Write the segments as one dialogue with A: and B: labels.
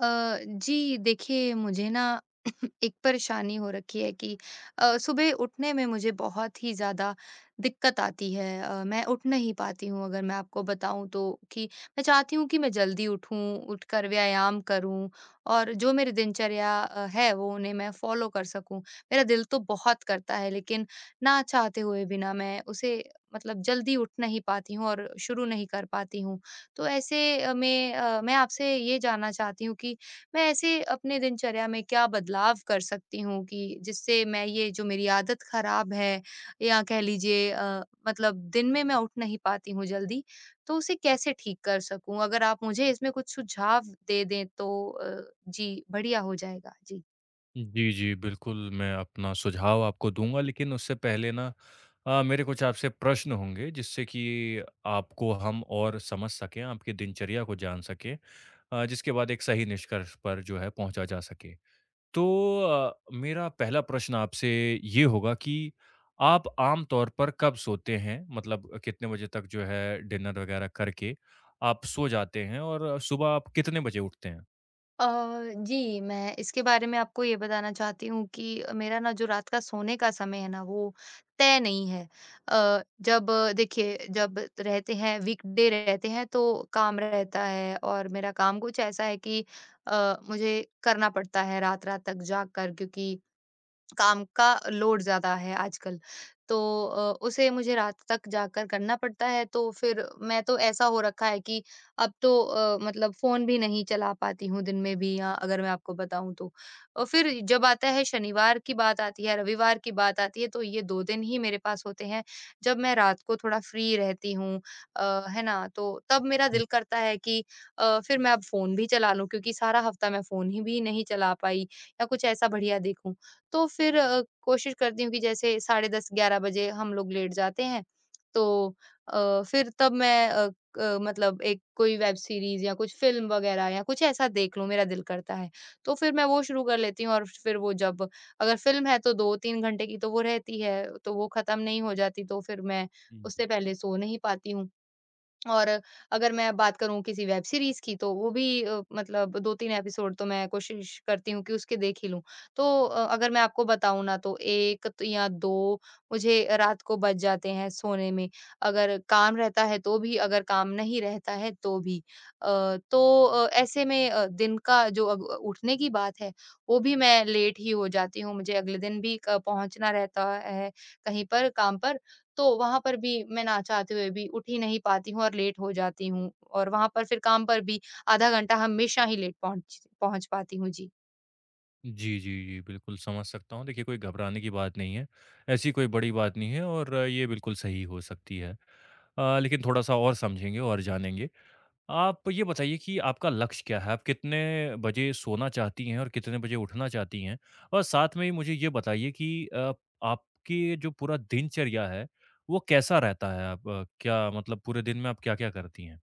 A: अ, जी देखिए, मुझे ना एक परेशानी हो रखी है कि सुबह उठने में मुझे बहुत ही ज़्यादा दिक्कत आती है। मैं उठ नहीं पाती हूँ, अगर मैं आपको बताऊँ तो, कि मैं चाहती हूँ कि मैं जल्दी उठूँ, उठकर व्यायाम करूँ, और जो मेरी दिनचर्या है वो उन्हें मैं फॉलो कर सकूँ। मेरा दिल तो बहुत करता है, लेकिन ना चाहते हुए भी ना मैं उसे मतलब जल्दी उठ नहीं पाती हूँ और शुरू नहीं कर पाती हूँ। तो ऐसे मैं आपसे ये जानना चाहती हूँ कि मैं ऐसे अपने दिनचर्या में क्या बदलाव कर सकती हूँ, कि जिससे मैं ये जो मेरी आदत खराब है या कह लीजिए मतलब दिन में मैं उठ नहीं पाती हूँ जल्दी, तो उसे कैसे ठीक कर सकूं। अगर आप मुझे इसमें कुछ सुझाव दे दें तो जी बढ़िया हो जाएगा जी।
B: जी, जी, बिल्कुल, मैं अपना सुझाव आपको दूँगा, लेकिन उससे पहले ना मेरे कुछ आपसे प्रश्न होंगे, जिससे कि आपको हम और समझ सकें, आपकी दिनचर्या को जान सकें जिसके बाद एक सही निष्कर्ष पर जो है पहुँचा जा सके। तो मेरा पहला प्रश्न आपसे ये होगा कि आप आम तौर पर कब सोते हैं? मतलब कितने बजे तक जो है डिनर वग़ैरह करके आप सो जाते हैं और सुबह आप कितने बजे उठते हैं?
A: अ, जी, मैं इसके बारे में आपको ये बताना चाहती हूँ कि मेरा ना जो रात का सोने का समय है ना, वो तय नहीं है। अ, जब देखिए, जब रहते हैं, वीकडे रहते हैं, तो काम रहता है और मेरा काम कुछ ऐसा है कि मुझे करना पड़ता है रात-रात तक जाग कर, क्योंकि काम का लोड ज़्यादा है आजकल। तो उसे मुझे रात तक जाकर करना पड़ता है, तो फिर मैं तो ऐसा हो रखा है कि अब तो मतलब फ़ोन भी नहीं चला पाती हूँ दिन में भी, या अगर मैं आपको बताऊँ तो। और फिर जब आता है, शनिवार की बात आती है, रविवार की बात आती है, तो ये 2 दिन ही मेरे पास होते हैं, जब मैं रात को थोड़ा फ्री रहती हूँ। है ना? तो तब मेरा
B: हुँ,
A: दिल करता है कि फिर मैं अब फ़ोन भी चला लूँ, क्योंकि सारा हफ़्ता मैं फ़ोन ही भी नहीं चला पाई, या कुछ ऐसा बढ़िया देखूँ। तो फिर कोशिश करती हूँ कि जैसे साढ़े 10-11 बजे हम लोग लेट जाते हैं, तो अ, फिर तब मैं अ, क मतलब एक कोई वेब सीरीज़ या कुछ फ़िल्म वग़ैरह या कुछ ऐसा देख लूँ, मेरा दिल करता है। तो फिर मैं वो शुरू कर लेती हूँ, और फिर वो जब, अगर फ़िल्म है तो 2-3 घंटे की तो वो रहती है, तो वो ख़त्म नहीं हो जाती, तो फिर मैं
B: हुँ।
A: उससे पहले सो नहीं पाती हूँ। और अगर मैं बात करूँ किसी वेब सीरीज़ की, तो वो भी मतलब 2-3 एपिसोड तो मैं कोशिश करती हूँ कि उसके देख ही लूँ। तो अगर मैं आपको बताऊँ ना, तो 1 त या 2 मुझे रात को बज जाते हैं सोने में। अगर काम रहता है तो भी, अगर काम नहीं रहता है तो भी। तो ऐसे में दिन का जो अब उठने की बात है वो भी मैं लेट ही हो जाती हूँ। मुझे अगले दिन भी क पहुँचना रहता है कहीं पर काम पर, तो वहाँ पर भी मैं ना चाहते हुए भी उठ ही नहीं पाती हूँ और लेट हो जाती हूँ, और वहाँ पर फिर काम पर भी आधा घंटा हमेशा ही लेट पहुँच पहुँच पाती हूँ जी।
B: जी, जी, जी। बिल्कुल समझ सकता हूँ। देखिए कोई घबराने की बात नहीं है। ऐसी कोई बड़ी बात नहीं है और ये बिल्कुल सही हो सकती है। लेकिन थोड़ा-सा और समझेंगे और जानेंगे। आप ये बताइए कि आपका लक्ष्य क्या है? आप कितने बजे सोना चाहती हैं और कितने बजे उठना चाहती हैं? और साथ में ही मुझे ये बताइए कि आपकी जो पूरा दिनचर्या है, वो कैसा रहता है? आप क्या मतलब पूरे दिन में आप क्या-क्या करती हैं?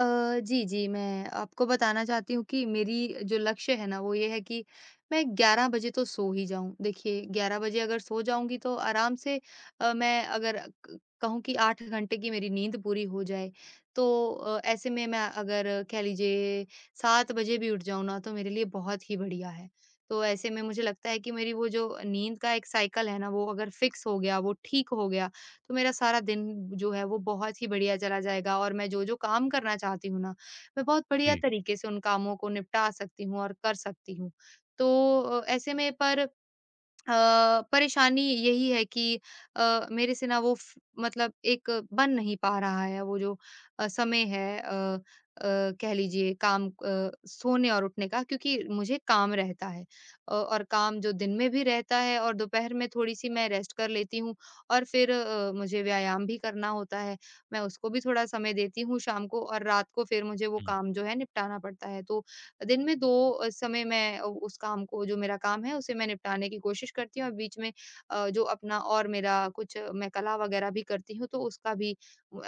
A: अ, जी, जी, मैं आपको बताना चाहती हूँ कि मेरी जो लक्ष्य है ना, वो ये है कि मैं 11 बजे तो सो ही जाऊँ। देखिए, 11 बजे अगर सो जाऊँगी तो आराम से मैं अगर क कहूँ कि 8 घंटे की मेरी नींद पूरी हो जाए, तो ऐसे में मैं अगर कह लीजिए 7 बजे भी उठ जाऊँ ना, तो मेरे लिए बहुत ही बढ़िया है। तो ऐसे में मुझे लगता है कि मेरी वो जो नींद का एक साइकिल है ना, वो अगर फिक्स हो गया, वो ठीक हो गया, तो मेरा सारा दिन जो है वो बहुत ही बढ़िया चला जाएगा, और मैं जो-जो काम करना चाहती हूँ ना, मैं बहुत बढ़िया
B: जी।
A: तरीके से उन कामों को निपटा सकती हूँ और कर सकती हूँ। तो ऐसे में पर परेशानी यही है कि मेरे से ना वो फ मतलब एक बन नहीं पा रहा है, वो जो समय है, कह लीजिए काम सोने और उठने का, क्योंकि मुझे काम रहता है, और काम जो दिन में भी रहता है, और दोपहर में थोड़ी-सी मैं रेस्ट कर लेती हूँ, और फिर मुझे व्यायाम भी करना होता है। मैं उसको भी थोड़ा समय देती हूँ शाम को, और रात को फिर मुझे वो काम जो है निपटाना पड़ता है। तो दिन में 2 समय मैं उ उस काम को जो मेरा काम है उसे मैं निपटाने की कोशिश करती हूँ, और बीच में जो अपना और मेरा कुछ मैं कला वगैरह भी करती हूँ तो उसका भी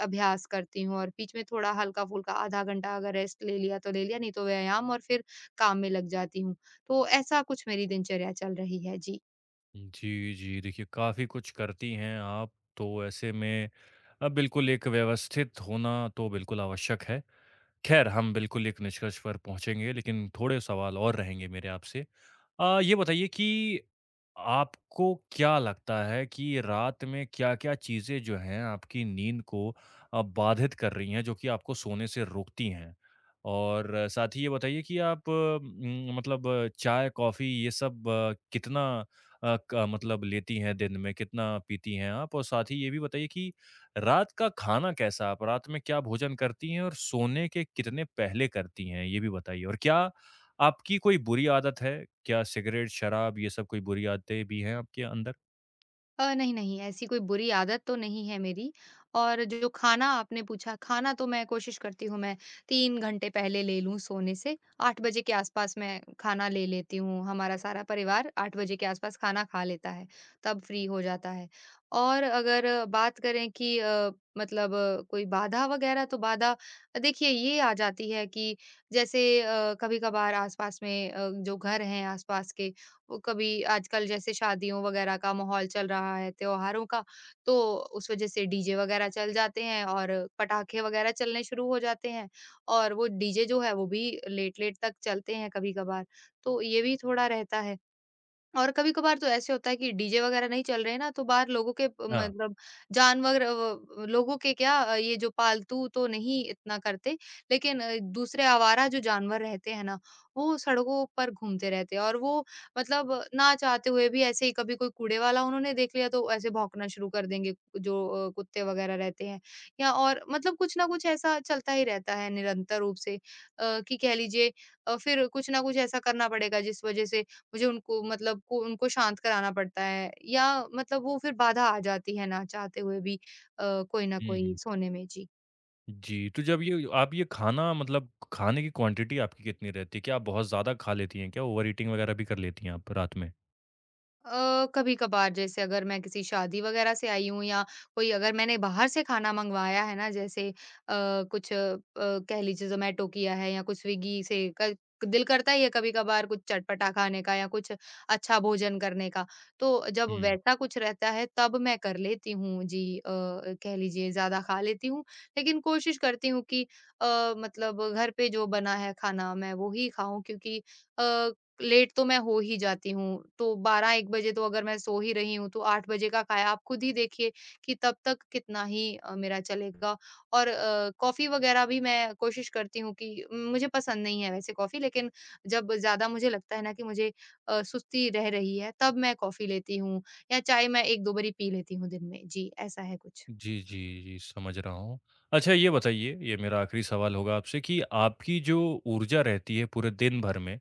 A: अभ्यास करती हूँ, और बीच में थोड़ा हल्का-फुल्का आधा घंटा अगर रेस्ट ले लिया तो ले लिया, नहीं तो व्यायाम और फिर काम में लग जाती हूँ। तो ऐसा कुछ मेरी दिनचर्या चल रही है। जी।
B: जी, जी। देखिए, काफ़ी कुछ करती हैं आप, तो ऐसे में बिल्कुल एक व्यवस्थित होना तो बिल्कुल आवश्यक है। खैर, हम बिल्कुल एक निष्कर्ष पर पहुँचेंगे, लेकिन थोड़े सवाल और रहेंगे मेरे आपसे। ये बताइए कि आपको क्या लगता है कि रात में क्या-क्या चीज़ें जो हैं आपकी नींद को बाधित कर रही हैं, जो कि आपको सोने से रोकती हैं? और साथ ही ये बताइए कि आप मतलब चाय, कॉफ़ी ये सब कितना अ, क मतलब लेती हैं दिन में, कितना पीती हैं आप? और साथ ही ये भी बताइए कि रात का खाना कैसा आप रात में क्या भोजन करती हैं और सोने के कितने पहले करती हैं? ये भी बताइए और क्या आपकी कोई बुरी आदत है? क्या सिगरेट, शराब ये सब कोई बुरी आदतें भी हैं आपके अंदर?
A: नहीं, नहीं, ऐसी कोई बुरी आदत तो नहीं है मेरी। और जो खाना आपने पूछा, खाना तो मैं कोशिश करती हूँ मैं 3 घंटे पहले ले लूँ सोने से, 8 बजे के आस-पास मैं खाना ले लेती हूँ, हमारा सारा परिवार 8 बजे के आस-पास खाना खा लेता है, तब फ्री हो जाता है। और अगर बात करें कि कोई बाधा वगैरह, तो बाधा देखिए ये आ जाती है कि जैसे कभी-कभार आस-पास में जो घर हैं आस-पास के, वो कभी आजकल जैसे शादियों वगैरह का माहौल चल रहा है, त्योहारों का, तो उस वज़ह से डीजे वगैरह चल जाते हैं, और पटाखे वगैरह चलने शुरू हो जाते हैं, और वो डीजे जो है वो भी लेट-लेट तक चलते हैं कभी-कभार। तो ये भी थोड़ा रहता है। और कभी-कभार तो ऐसे होता है कि डीजे वगैरह नहीं चल रहे हैं ना, तो बाहर लोगों के
B: हाँ।
A: मतलब जानवर, लोगों के क्या, ये जो पालतू तो नहीं इतना करते, लेकिन दूसरे आवारा जो जानवर रहते हैं ना, वो सड़कों पर घूमते रहते हैं, और वो मतलब ना चाहते हुए भी ऐसे ही, कभी कोई कूड़े वाला उन्होंने देख लिया तो ऐसे भौंकना शुरू कर देंगे, जो कुत्ते वगैरह रहते हैं। या और मतलब कुछ ना कुछ ऐसा चलता ही रहता है निरंतर रूप से, कि कह लीजिए फिर कुछ ना कुछ ऐसा करना पड़ेगा जिस वजह से मुझे उनको मतलब को उनको शांत कराना पड़ता है, या मतलब वो फिर बाधा आ जाती है ना चाहते हुए भी कोई ना
B: हुँ,
A: कोई
B: हुँ।
A: सोने में। जी।
B: जी, तो जब ये आप ये खाना मतलब खाने की क्वांटिटी आपकी कितनी रहती है? क्या आप बहुत ज़्यादा खा लेती हैं क्या? ओवर ईटिंग वगैरह भी कर लेती हैं आप रात में?
A: कभी-कभार जैसे अगर मैं किसी शादी वगैरह से आई हूँ, या कोई अगर मैंने बाहर से खाना मंगवाया है ना, जैसे कह लीजिए ज़ोमैटो किया है या कुछ स्विगी से, क दिल करता ही है कभी-कभार कुछ चटपटा खाने का या कुछ अच्छा भोजन करने का। तो जब
B: हुँ।
A: वैसा कुछ रहता है तब मैं कर लेती हूँ जी, कह लीजिए ज़्यादा खा लेती हूँ। लेकिन कोशिश करती हूँ कि मतलब घर पे जो बना है खाना मैं वो ही खाऊँ, क्योंकि अ, लेट तो मैं हो ही जाती हूँ, तो 12-1 बजे तो अगर मैं सो ही रही हूँ, तो 8 बजे का खाया आप खुद ही देखिए कि तब तक कितना ही मेरा चलेगा। और कॉफ़ी वग़ैरह भी मैं कोशिश करती हूँ, कि मुझे पसंद नहीं है वैसे कॉफ़ी, लेकिन जब ज़्यादा मुझे लगता है ना कि मुझे सुस्ती रह रही है, तब मैं कॉफ़ी लेती हूँ, या चाय मैं 1-2 बारी पी लेती हूँ दिन में। जी, ऐसा है कुछ।
B: जी, जी, जी, समझ रहा हूँ। अच्छा ये बताइए, ये मेरा आखिरी सवाल होगा आपसे कि आपकी जो ऊर्जा रहती है पूरे दिन भर में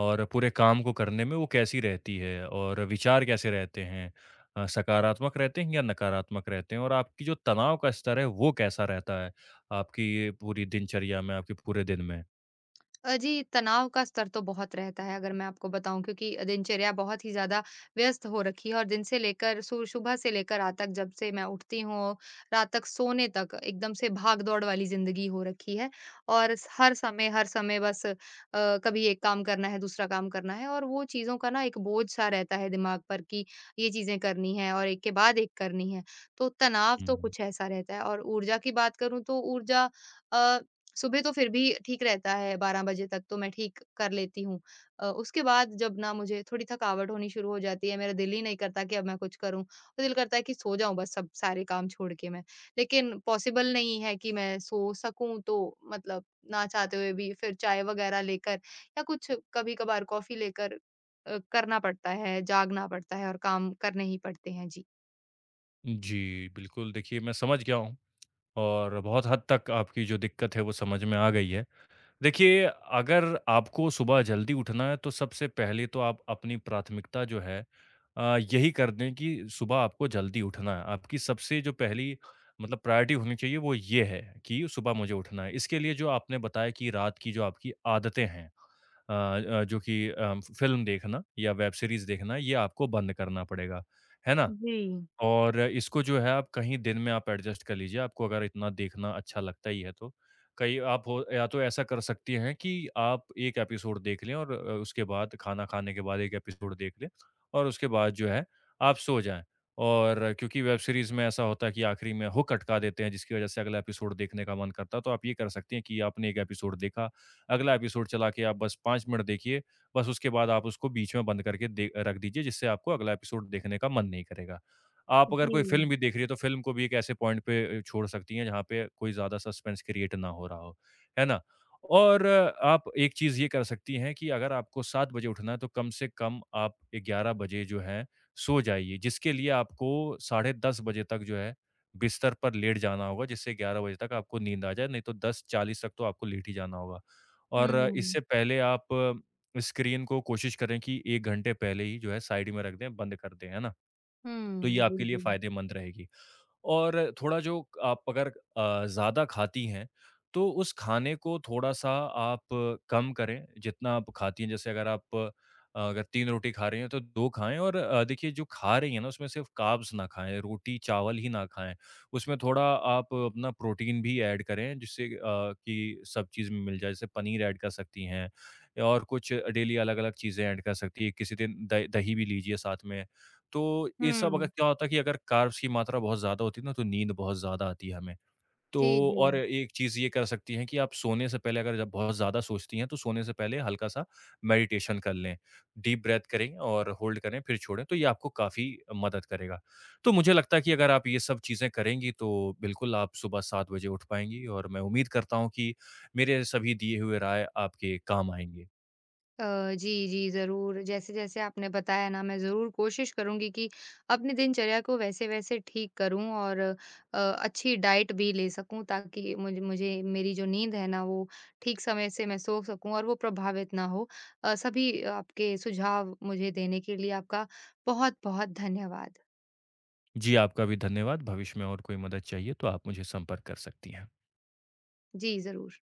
B: और पूरे काम को करने में वो कैसी रहती है? और विचार कैसे रहते हैं? सकारात्मक रहते हैं या नकारात्मक रहते हैं? और आपकी जो तनाव का स्तर है वो कैसा रहता है, आपकी ये पूरी दिनचर्या में, आपके पूरे दिन में?
A: जी, तनाव का स्तर तो बहुत रहता है अगर मैं आपको बताऊँ, क्योंकि दिनचर्या बहुत ही ज़्यादा व्यस्त हो रखी है, और दिन से लेकर सु सुबह से लेकर रात तक, जब से मैं उठती हूँ, रात तक सोने तक, एकदम से भाग-दौड़ वाली ज़िंदगी हो रखी है। और स हर समय, हर समय बस कभी एक काम करना है, दूसरा काम करना है, और वो चीज़ों का ना एक बोझ-सा रहता है दिमाग पर कि ये चीज़ें करनी है और एक के बाद एक करनी है। तो तनाव तो
B: हुँ।
A: कुछ ऐसा रहता है, और ऊर्जा की बात करूँ तो ऊर्जा अ, सुबह तो फिर भी ठीक रहता है, 12 बजे तक तो मैं ठीक कर लेती हूँ। उसके बाद जब ना मुझे थोड़ी थकावट होनी शुरू हो जाती है, मेरा दिल ही नहीं करता कि अब मैं कुछ करूँ। तो दिल करता है कि सो जाऊँ बस, सब सारे काम छोड़ के मैं। लेकिन पॉसिबल नहीं है कि मैं सो सकूँ, तो मतलब ना चाहते हुए भी फिर चाय वग़ैरह लेकर, या कुछ कभी-कभार कॉफ़ी लेकर करना पड़ता है, जागना पड़ता है, और काम करने ही पड़ते हैं। जी।
B: जी, बिल्कुल देखिए मैं समझ गया हूँ और बहुत हद तक आपकी जो दिक्कत है वो समझ में आ गई है। देखिए, अगर आपको सुबह जल्दी उठना है तो सबसे पहले तो आप अपनी प्राथमिकता जो है यही कर दें कि सुबह आपको जल्दी उठना है। आपकी सबसे जो पहली मतलब प्रायोरिटी होनी चाहिए वो ये है कि सुबह मुझे उठना है। इसके लिए जो आपने बताया कि रात की जो आपकी आदतें हैं अ जो कि फ़िल्म देखना या वेब सीरीज़ देखना ये आपको बंद करना पड़ेगा। है ना?
A: जी,
B: और इसको जो है आप कहीं दिन में आप एडजस्ट कर लीजिए, आपको अगर इतना देखना अच्छा लगता ही है तो। कई आप हो या तो ऐसा कर सकती हैं कि आप 1 एपिसोड देख लें और उसके बाद खाना खाने के बाद 1 एपिसोड देख लें और उसके बाद जो है आप सो जाएँ। और क्योंकि वेब सीरीज़ में ऐसा होता है कि आखिरी में हुक अटका देते हैं जिसकी वज़ह से अगला एपिसोड देखने का मन करता है, तो आप ये कर सकती हैं कि आपने 1 एपिसोड देखा, अगला एपिसोड चला के आप बस 5 मिनट देखिए, बस उसके बाद आप उसको बीच में बंद करके दे रख दीजिए जिससे आपको अगला एपिसोड देखने का मन नहीं करेगा। आप अगर
A: जी।
B: कोई फ़िल्म भी देख रही है, तो फ़िल्म को भी एक ऐसे पॉइंट पे छोड़ सकती हैं जहाँ पे कोई ज़्यादा सस्पेंस क्रिएट ना हो रहा हो, है ना? और आप एक चीज़ ये कर सकती हैं कि अगर आपको 7 बजे उठना है, तो कम से कम आप 11 बजे जो है सो जाइए, जिसके लिए आपको साढ़े 10 बजे तक जो है बिस्तर पर लेट जाना होगा, जिससे 11 बजे तक आपको नींद आ जाए, नहीं तो 10:40 तक तो आपको लेट ही जाना होगा। और
A: हुँ।
B: इससे पहले आप स्क्रीन को कोशिश करें कि 1 घंटे पहले ही जो है साइड में रख दें, बंद कर दें, है ना? तो ये
A: हुँ, जी,
B: आपके लिए
A: जी।
B: फ़ायदेमंद रहेगी। और थोड़ा जो आप अगर ज़्यादा खाती हैं, तो उस खाने को थोड़ा-सा आप कम करें, जितना आप खाती हैं। जैसे अगर आप अगर 3 रोटी खा रही हैं, तो 2 खाएँ और देखिए जो खा रही हैं ना, उसमें सिर्फ़ कार्ब्स ना खाएँ, रोटी-चावल ही ना खाएँ। उसमें थोड़ा आप अपना प्रोटीन भी ऐड करें, जिससे कि सब चीज़ में मिल जाए। जैसे पनीर ऐड कर सकती हैं और कुछ डेली अलग-अलग चीज़ें ऐड कर सकती हैं। किसी दिन द दही भी लीजिए साथ में तो ये सब अगर
A: हुँ।
B: क्या होता है कि अगर कार्ब्स की मात्रा बहुत ज़्यादा होती है ना, तो नींद बहुत ज़्यादा आती है हमें। तो
A: जी, जी।
B: और एक चीज़ ये कर सकती हैं कि आप सोने से पहले अगर जब बहुत ज़्यादा सोचती हैं, तो सोने से पहले हल्का-सा मेडिटेशन कर लें। डीप ब्रेथ करें और होल्ड करें, फिर छोड़ें, तो ये आपको काफ़ी मदद करेगा। तो मुझे लगता है कि अगर आप ये सब चीज़ें करेंगी, तो बिल्कुल आप सुबह 7 बजे उठ पाएँगी और मैं उम्मीद करता हूँ कि मेरे सभी दिए हुए राय आपके काम आएँगे।
A: जी, जी, ज़रूर। जैसे-जैसे आपने बताया ना, मैं ज़रूर कोशिश करूँगी कि अपनी दिनचर्या को वैसे-वैसे ठीक करूँ, और अच्छी डाइट भी ले सकूँ, ताकि मुझे मेरी जो नींद है ना, वो ठीक समय से मैं सो सकूँ और वो प्रभावित ना हो। सभी आपके सुझाव मुझे देने के लिए आपका बहुत-बहुत धन्यवाद।
B: जी, आपका भी धन्यवाद। भविष्य में और कोई मदद चाहिए, तो आप मुझे संपर्क कर सकती हैं।
A: जी, ज़रूर।